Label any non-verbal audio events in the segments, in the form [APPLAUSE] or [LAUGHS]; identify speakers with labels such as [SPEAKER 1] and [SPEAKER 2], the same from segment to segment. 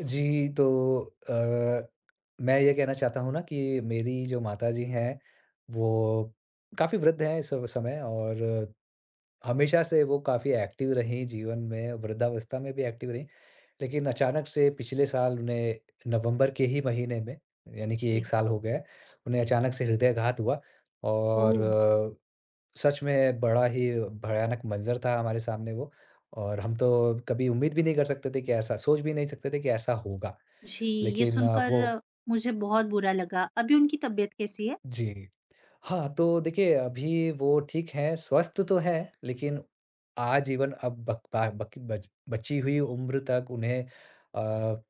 [SPEAKER 1] जी, तो अ, मैं ये कहना चाहता हूँ ना कि मेरी जो माताजी हैं, वो काफ़ी वृद्ध हैं इस समय और हमेशा से वो काफ़ी एक्टिव रहीं जीवन में, वृद्धावस्था में भी एक्टिव रहीं। लेकिन अचानक से पिछले साल उन्हें नवंबर के ही महीने में, यानी कि
[SPEAKER 2] जी।
[SPEAKER 1] 1 साल हो गया है, उन्हें अचानक से हृदयघात हुआ और
[SPEAKER 2] ओह!
[SPEAKER 1] सच में बड़ा ही भयानक मंज़र था हमारे सामने वो और हम तो कभी उम्मीद भी नहीं कर सकते थे कि ऐसा सोच भी नहीं सकते थे कि ऐसा होगा।
[SPEAKER 2] जी, ये
[SPEAKER 1] लेकिन वो
[SPEAKER 2] सुनकर मुझे बहुत बुरा लगा। अभी उनकी तबीयत कैसी है?
[SPEAKER 1] जी। हाँ, तो देखिए अभी वो ठीक हैं, स्वस्थ तो हैं, लेकिन आजीवन अब बक पा बकी बच बची हुई उम्र तक उन्हें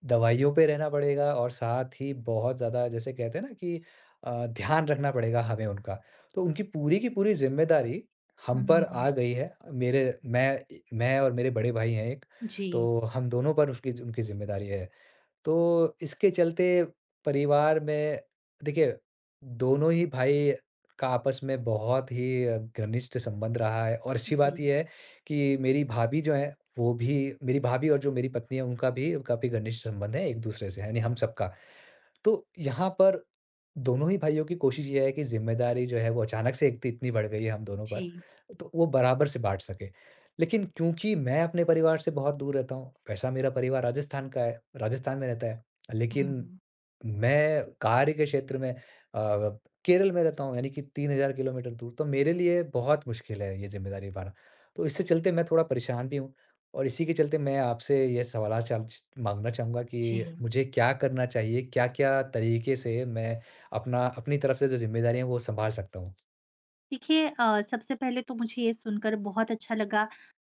[SPEAKER 1] दवाइयों पे रहना पड़ेगा और साथ ही बहुत ज़्यादा जैसे कहते हैं ना कि ध्यान रखना पड़ेगा हमें उनका। तो उनकी पूरी की पूरी ज़िम्मेदारी हम पर
[SPEAKER 2] हुँ,
[SPEAKER 1] आ गई है। मेरे मैं और मेरे बड़े भाई हैं एक,
[SPEAKER 2] जी,
[SPEAKER 1] तो हम दोनों पर उसकी उनकी ज़िम्मेदारी है। तो इसके चलते परिवार में देखिए, दोनों ही भाई का आपस में बहुत ही घनिष्ठ संबंध रहा है और अच्छी
[SPEAKER 2] जी,
[SPEAKER 1] बात ये है कि मेरी भाभी जो हैं, वो भी मेरी भाभी और जो मेरी पत्नी है, उनका भी काफ़ी घनिष्ठ संबंध है एक-दूसरे से, यानी हम सबका। तो यहाँ पर दोनों ही भाइयों की कोशिश ये है कि ज़िम्मेदारी जो है वो अचानक से एक तो इतनी बढ़ गई है हम दोनों
[SPEAKER 2] जी।
[SPEAKER 1] पर, तो वो बराबर से बाँट सकें। लेकिन क्योंकि मैं अपने परिवार से बहुत दूर रहता हूँ, वैसा मेरा परिवार राजस्थान का है, राजस्थान में रहता है। लेकिन
[SPEAKER 2] हुँ,
[SPEAKER 1] मैं कार्य के क्षेत्र में केरल में रहता हूँ यानी कि 3000 किलोमीटर दूर, तो मेरे लिए बहुत मुश्किल है ये ज़िम्मेदारी निभाना। तो इससे चलते मैं थोड़ा परेशान भी हूँ और इसी के चलते मैं आपसे ये सवाल चाह माँगना चाहूँगा कि
[SPEAKER 2] जी।
[SPEAKER 1] मुझे क्या करना चाहिए? क्या-क्या तरीके से मैं अपना अपनी तरफ से जो ज़िम्मेदारियाँ हैं वो सँभाल सकता हूँ?
[SPEAKER 2] देखिए सबसे पहले तो मुझे ये सुनकर बहुत अच्छा लगा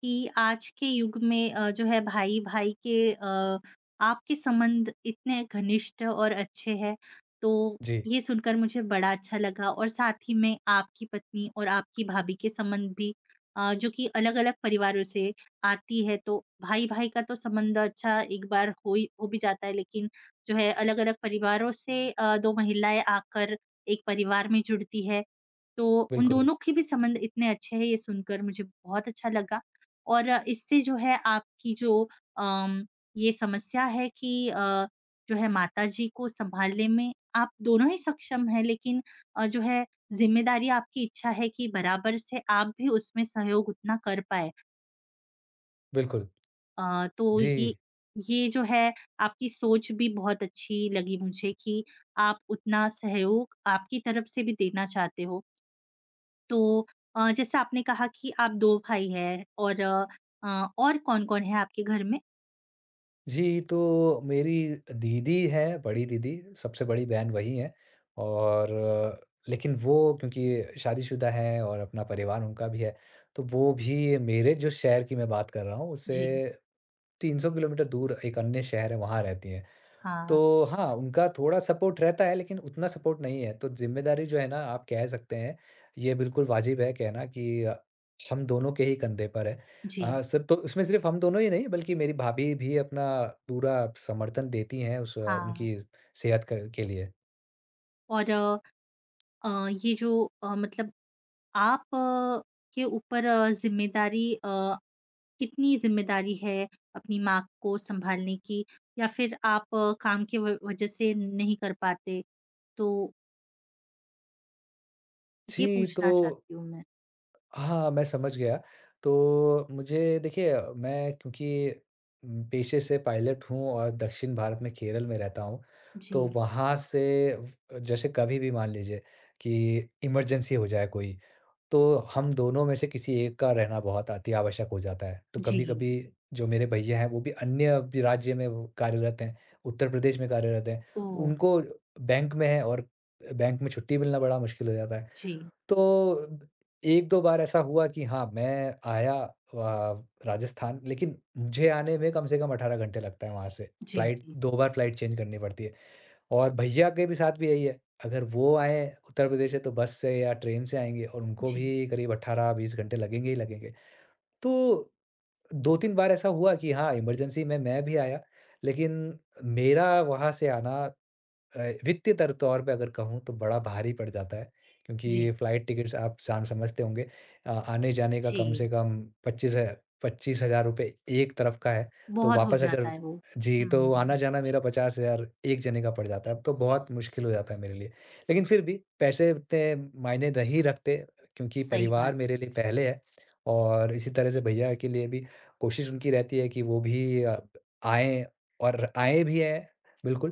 [SPEAKER 2] कि आज के युग में जो है भाई-भाई के आपके संबंध इतने घनिष्ठ और अच्छे हैं, तो
[SPEAKER 1] जी,
[SPEAKER 2] ये सुनकर मुझे बड़ा अच्छा लगा और साथ ही में आपकी पत्नी और आपकी भाभी के संबंध भी जो कि अलग-अलग परिवारों से आती है, तो भाई-भाई का तो संबंध अच्छा एक बार हो भी जाता है, लेकिन जो है अलग-अलग परिवारों से 2 महिलाएँ आकर एक परिवार में जुड़ती है। तो उन
[SPEAKER 1] बिल्कुल,
[SPEAKER 2] दोनों के भी संबंध इतने अच्छे हैं, ये सुनकर मुझे बहुत अच्छा लगा और इससे जो है आपकी जो अम, ये समस्या है कि जो है माताजी को सँभालने में आप दोनों ही सक्षम हैं, लेकिन जो है ज़िम्मेदारी आपकी इच्छा है कि बराबर से आप भी उसमें सहयोग उतना कर पाएँ।
[SPEAKER 1] बिल्कुल।
[SPEAKER 2] तो
[SPEAKER 1] जी।
[SPEAKER 2] ये जो है आपकी सोच भी बहुत अच्छी लगी मुझे कि आप उतना सहयोग आपकी तरफ से भी देना चाहते हो। तो जैसे आपने कहा कि आप 2 भाई हैं और कौन-कौन है आपके घर में?
[SPEAKER 1] जी, तो मेरी दीदी है, बड़ी दीदी, सबसे बड़ी बहन वही है और लेकिन वो क्योंकि शादीशुदा हैं और अपना परिवार उनका भी है, तो वो भी मेरे जो शहर की मैं बात कर रहा हूँ,
[SPEAKER 2] जी,
[SPEAKER 1] उससे 300 किलोमीटर दूर एक अन्य शहर है, वहाँ रहती हैं।
[SPEAKER 2] हाँ,
[SPEAKER 1] तो हाँ, उनका थोड़ा सपोर्ट रहता है लेकिन उतना सपोर्ट नहीं है। तो ज़िम्मेदारी जो है ना आप कह सकते हैं, ये बिल्कुल वाजिब है कहना कि हम दोनों के ही कंधे पर है।
[SPEAKER 2] जी,
[SPEAKER 1] सिर्फ़ तो उसमें सिर्फ़ हम दोनों ही नहीं बल्कि मेरी भाभी भी अपना पूरा समर्थन देती हैं उस
[SPEAKER 2] हाँ।
[SPEAKER 1] उनकी सेहत क के लिए।
[SPEAKER 2] और ये जो मतलब आप के ऊपर ज़िम्मेदारी कितनी ज़िम्मेदारी है अपनी माँ को सँभालने की या फिर आप काम की व वज़ह से नहीं कर पाते? तो ये
[SPEAKER 1] जी,
[SPEAKER 2] पूछना
[SPEAKER 1] तो
[SPEAKER 2] चाहती हूँ मैं।
[SPEAKER 1] हाँ, मैं समझ गया। तो मुझे देखिए मैं क्योंकि पेशे से पायलट हूँ और दक्षिण भारत में केरल में रहता हूँ। तो
[SPEAKER 2] जी,
[SPEAKER 1] वहाँ से व जैसे कभी भी मान लीजिए कि इमरजेंसी हो जाए कोई, तो हम दोनों में से किसी एक का रहना बहुत अति आवश्यक हो जाता है। तो
[SPEAKER 2] जी,
[SPEAKER 1] कभी-कभी जो मेरे भैया हैं वो भी अन्य भी राज्य में वो कार्यरत हैं, उत्तर प्रदेश में कार्यरत हैं।
[SPEAKER 2] ओह!
[SPEAKER 1] उनको बैंक में है और बैंक में छुट्टी मिलना बड़ा मुश्किल हो जाता है।
[SPEAKER 2] जी,
[SPEAKER 1] तो 1-2 बार ऐसा हुआ कि हाँ, मैं आया राजस्थान लेकिन मुझे आने में कम से कम 18 घंटे लगता है वहाँ से।
[SPEAKER 2] जी,
[SPEAKER 1] फ्लाइट
[SPEAKER 2] जी,
[SPEAKER 1] 2 बार फ्लाइट चेंज करनी पड़ती है और भैया के भी साथ भी यही है। अगर वो आएँ उत्तर प्रदेश से तो बस से या ट्रेन से आएँगे और उनको
[SPEAKER 2] जी,
[SPEAKER 1] भी करीब 18-20 घंटे लगेंगे ही लगेंगे। तो 2-3 बार ऐसा हुआ कि हाँ, इमरजेंसी में मैं भी आया, लेकिन मेरा वहाँ से आना वित्तीय तर तौर पे अगर कहूँ तो बड़ा भारी पड़ जाता है
[SPEAKER 2] जी,
[SPEAKER 1] क्योंकि फ्लाइट टिकट्स आप साम समझते होंगे आने-जाने का कम
[SPEAKER 2] जी।
[SPEAKER 1] से कम 25 है 25,000 रुपए एक तरफ का है, तो
[SPEAKER 2] बहुत हो
[SPEAKER 1] वापस
[SPEAKER 2] जाता
[SPEAKER 1] अगर
[SPEAKER 2] है वो।
[SPEAKER 1] जी, तो
[SPEAKER 2] हुँ।
[SPEAKER 1] आना-जाना मेरा 50,000 एक जने का पड़ जाता है, अब तो बहुत मुश्किल हो जाता है मेरे लिए। लेकिन फिर भी पैसे उतने मायने नहीं रखते क्योंकि
[SPEAKER 2] सही बात
[SPEAKER 1] परिवार
[SPEAKER 2] है।
[SPEAKER 1] मेरे लिए पहले है और इसी तरह से भैया के लिए भी कोशिश उनकी रहती है कि वो भी आएँ और आएँ भी हैं बिल्कुल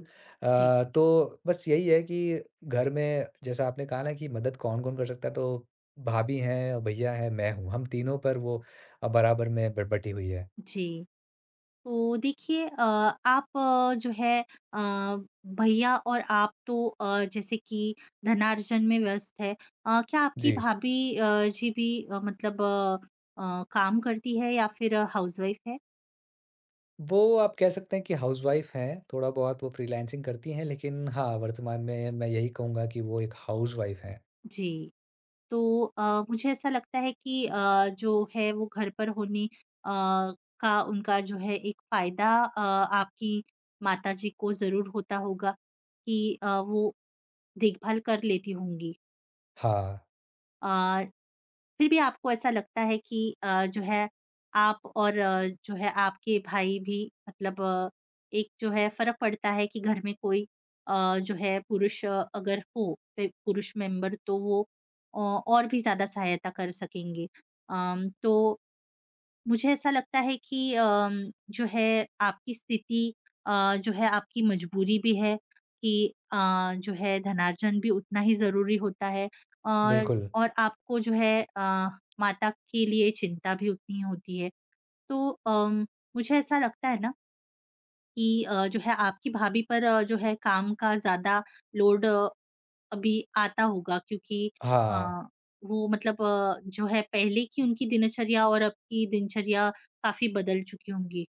[SPEAKER 2] जी,
[SPEAKER 1] तो बस यही है कि घर में जैसा आपने कहा ना कि मदद कौन-कौन कर सकता है, तो भाभी हैं, और भैया हैं, मैं हूँ, हम तीनों पर वो बराबर में ब बटी हुई है।
[SPEAKER 2] जी। तो देखिए आप जो है अ, भैया और आप तो जैसे कि धनार्जन में व्यस्त है। क्या आपकी
[SPEAKER 1] जी।
[SPEAKER 2] भाभी मतलब काम करती है या फिर हाउसवाइफ है?
[SPEAKER 1] वो आप कह सकते हैं कि हाउसवाइफ़ हैं, थोड़ा बहुत वो फ्रीलांसिंग करती हैं, लेकिन हाँ, वर्तमान में मैं यही कहूँगा कि वो एक हाउसवाइफ़ हैं।
[SPEAKER 2] जी। तो मुझे ऐसा लगता है कि जो है वो घर पर होने का उनका जो है एक फ़ायदा आपकी माताजी को ज़रूर होता होगा कि वो देखभाल कर लेती होंगी।
[SPEAKER 1] हाँ,
[SPEAKER 2] अ, फिर भी आपको ऐसा लगता है कि जो है आप और जो है आपके भाई भी मतलब एक जो है फर्क पड़ता है कि घर में कोई जो है पुरुष अ, अगर हो पे- पुरुष मेंबर तो वो और भी ज्यादा सहायता कर सकेंगे तो मुझे ऐसा लगता है कि जो है आपकी स्थिति जो है आपकी मजबूरी भी है कि जो है धनार्जन भी उतना ही ज़रूरी होता है और
[SPEAKER 1] बिल्कुल।
[SPEAKER 2] और आपको जो है माता के लिए चिंता भी उतनी ही होती है। तो मुझे ऐसा लगता है ना कि जो है आपकी भाभी पर जो है काम का ज़्यादा लोड अभी आता होगा क्योंकि अ,
[SPEAKER 1] हाँ।
[SPEAKER 2] वो मतलब जो है पहले की उनकी दिनचर्या और अब की दिनचर्या काफ़ी बदल चुकी होंगी।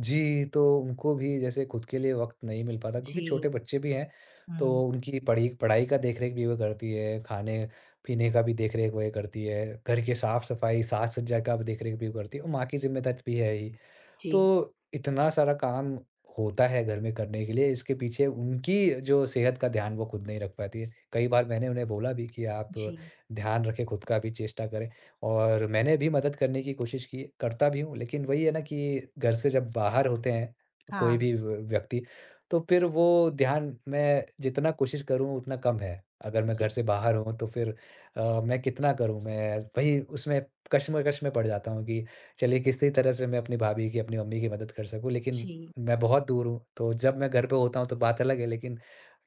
[SPEAKER 1] जी, तो उनको भी जैसे खुद के लिए वक़्त नहीं मिल पाता क्योंकि छोटे
[SPEAKER 2] जी,
[SPEAKER 1] बच्चे भी हैं, तो
[SPEAKER 2] हुँ,
[SPEAKER 1] उनकी पढ़ी पढ़ाई का देख-रेख भी वो करती है, खाने-पीने का भी देख-रेख वही करती है, घर की साफ-सफाई, साज-सज्जा का भी देख-रेख भी वो करती है और माँ की ज़िम्मेदारी भी है ही।
[SPEAKER 2] जी,
[SPEAKER 1] तो इतना सारा काम होता है घर में करने के लिए, इसके पीछे उनकी जो सेहत का ध्यान वो खुद नहीं रख पाती है। कई बार मैंने उन्हें बोला भी कि आप
[SPEAKER 2] जी,
[SPEAKER 1] ध्यान रखें, खुद का भी चेष्टा करें और मैंने भी मदद करने की कोशिश की, करता भी हूँ। लेकिन वही है ना कि घर से जब बाहर होते हैं कोई
[SPEAKER 2] हाँ,
[SPEAKER 1] भी व्यक्ति, तो फिर वो ध्यान मैं जितना कोशिश करूँ उतना कम है। अगर मैं
[SPEAKER 2] जी,
[SPEAKER 1] घर से बाहर हूँ तो फिर मैं कितना करूँ? मैं वही उसमें कश्मकश में पड़ जाता हूँ कि चलिए किसी तरह से मैं अपनी भाभी की, अपनी मम्मी की मदद कर सकूँ, लेकिन
[SPEAKER 2] जी,
[SPEAKER 1] मैं बहुत दूर हूँ, तो जब मैं घर पे होता हूँ तो बात अलग है, लेकिन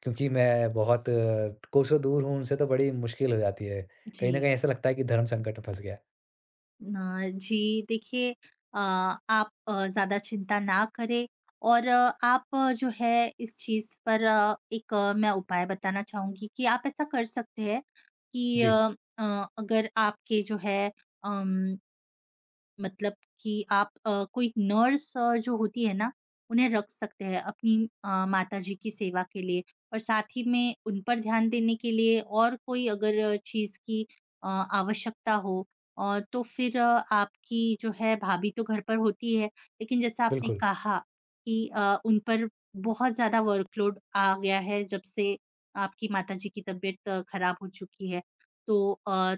[SPEAKER 1] क्योंकि मैं बहुत कोसों दूर हूँ उनसे तो बड़ी मुश्किल हो जाती है।
[SPEAKER 2] जी।
[SPEAKER 1] कहीं न कहीं ऐसा लगता है कि धर्म संकट में फँस गया।
[SPEAKER 2] जी देखिए आप ज़्यादा चिंता ना करें और आप जो है इस चीज़ पर एक मैं उपाय बताना चाहूँगी कि आप ऐसा कर सकते हैं कि
[SPEAKER 1] जी,
[SPEAKER 2] अगर आपके जो है अम मतलब कि आप कोई नर्स जो होती है ना, उन्हें रख सकते हैं अपनी माताजी की सेवा के लिए और साथ ही में उन पर ध्यान देने के लिए और कोई अगर चीज़ की आवश्यकता हो तो फिर आपकी जो है भाभी तो घर पर होती है, लेकिन जैसा आपने
[SPEAKER 1] बिल्कुल।
[SPEAKER 2] कहा कि उन पर बहुत ज़्यादा वर्कलोड आ गया है जब से आपकी माताजी की तबीयत खराब हो चुकी है। तो अ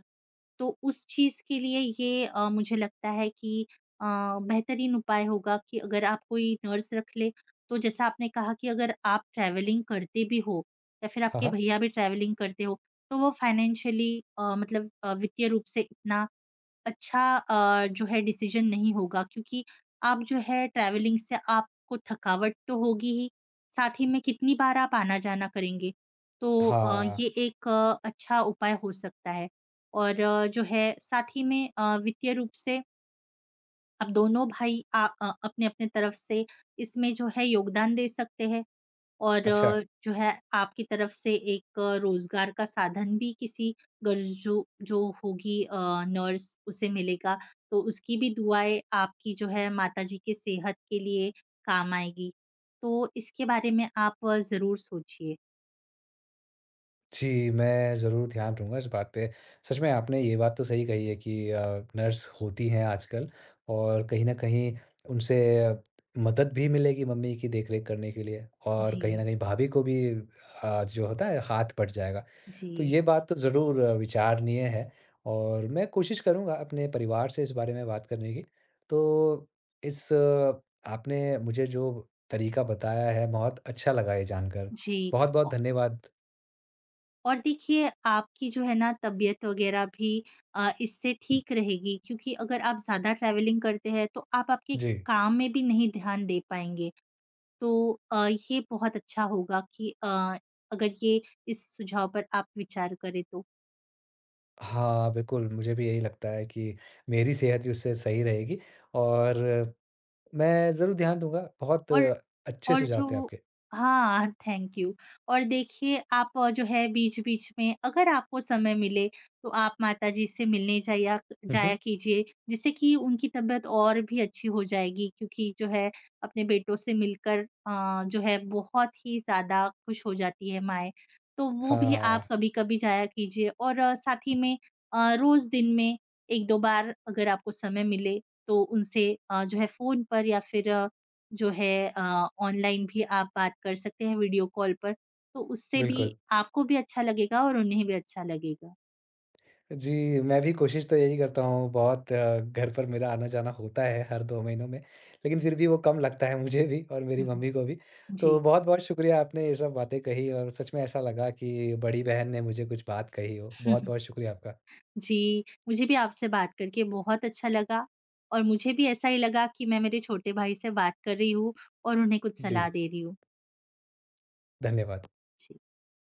[SPEAKER 2] तो उस चीज़ के लिए ये मुझे लगता है कि बेहतरीन उपाय होगा कि अगर आप कोई नर्स रख ले, तो जैसा आपने कहा कि अगर आप ट्रैवलिंग करते भी हो या फिर
[SPEAKER 1] हाँ,
[SPEAKER 2] आपके
[SPEAKER 1] हाँ।
[SPEAKER 2] भैया भी ट्रैवलिंग करते हो, तो वो फाइनेंशियली मतलब वित्तीय रूप से इतना अच्छा जो है डिसीजन नहीं होगा क्योंकि आप जो है ट्रैवलिंग से आपको थकावट तो होगी ही, साथ ही में कितनी बार आप आना-जाना करेंगे। तो
[SPEAKER 1] हाँ,
[SPEAKER 2] ये एक अच्छा उपाय हो सकता है और जो है साथ ही में वित्तीय रूप से आप दोनों भाई अपने-अपने तरफ से इसमें जो है योगदान दे सकते हैं। और
[SPEAKER 1] अच्छा।
[SPEAKER 2] जो है आपकी तरफ से एक रोज़गार का साधन भी किसी गर जो जो होगी नर्स उसे मिलेगा, तो उसकी भी दुआएँ आपकी जो है माताजी के सेहत के लिए काम आएगी। तो इसके बारे में आप ज़रूर सोचिए।
[SPEAKER 1] जी, मैं ज़रूर ध्यान दूँगा इस बात पे। सच में आपने ये बात तो सही कही है कि नर्स होती हैं आजकल और कहीं न कहीं उनसे मदद भी मिलेगी मम्मी की देखरेख करने के लिए और कहीं
[SPEAKER 2] जी,
[SPEAKER 1] न कहीं भाभी को भी जो होता है हाथ बँट जाएगा। तो
[SPEAKER 2] जी,
[SPEAKER 1] ये बात तो ज़रूर विचारणीय है और मैं कोशिश करूँगा अपने परिवार से इस बारे में बात करने की। तो इस अ, आपने मुझे जो तरीका बताया है बहुत अच्छा लगा ये जानकर।
[SPEAKER 2] जी। औ
[SPEAKER 1] बहुत-बहुत धन्यवाद।
[SPEAKER 2] और देखिए आपकी जो है ना तबीयत वग़ैरह भी इससे ठीक रहेगी क्योंकि अगर आप ज़्यादा ट्रैवलिंग करते हैं तो आप आपके
[SPEAKER 1] जी।
[SPEAKER 2] काम में भी नहीं ध्यान दे पाएँगे। तो ये बहुत अच्छा होगा कि अगर ये इस सुझाव पर आप विचार करें तो।
[SPEAKER 1] हाँ, बिल्कुल, मुझे भी यही लगता है कि मेरी सेहत भी उससे सही रहेगी और मैं ज़रूर ध्यान दूँगा। बहुत
[SPEAKER 2] और
[SPEAKER 1] अच्छे
[SPEAKER 2] और
[SPEAKER 1] सुझाव थे
[SPEAKER 2] जो
[SPEAKER 1] आपके।
[SPEAKER 2] हाँ, थैंक यू। और देखिए आप जो है बीच-बीच में अगर आपको समय मिले तो आप माताजी से मिलने जाया
[SPEAKER 1] हुँ, हुँ।
[SPEAKER 2] जाया कीजिए, जिससे कि उनकी तबीयत और भी अच्छी हो जाएगी क्योंकि जो है अपने बेटों से मिलकर जो है बहुत ही ज़्यादा खुश हो जाती है माएँ। तो वो भी
[SPEAKER 1] हाँ,
[SPEAKER 2] आप कभी-कभी जाया कीजिए और साथ ही में रोज़ दिन में 1-2 बार अगर आपको समय मिले तो उनसे जो है फ़ोन पर या फिर जो है ऑनलाइन भी आप बात कर सकते हैं वीडियो कॉल पर, तो उससे भी
[SPEAKER 1] बिल्कुल।
[SPEAKER 2] आपको भी अच्छा लगेगा और उन्हें भी अच्छा लगेगा।
[SPEAKER 1] जी, मैं भी कोशिश तो यही करता हूँ, बहुत घर पर मेरा आना-जाना होता है हर 2 महीनों में, लेकिन फिर भी वो कम लगता है मुझे भी और मेरी
[SPEAKER 2] हुँ।
[SPEAKER 1] मम्मी को भी। तो
[SPEAKER 2] जी।
[SPEAKER 1] बहुत-बहुत शुक्रिया, आपने ये सब बातें कही और सच में ऐसा लगा कि बड़ी बहन ने मुझे कुछ बात कही हो।
[SPEAKER 2] [LAUGHS]
[SPEAKER 1] बहुत-बहुत शुक्रिया आपका।
[SPEAKER 2] जी, मुझे भी आपसे बात करके बहुत अच्छा लगा और मुझे भी ऐसा ही लगा कि मैं मेरे छोटे भाई से बात कर रही हूँ और उन्हें कुछ सलाह
[SPEAKER 1] जी,
[SPEAKER 2] दे रही हूँ।
[SPEAKER 1] धन्यवाद।
[SPEAKER 2] जी।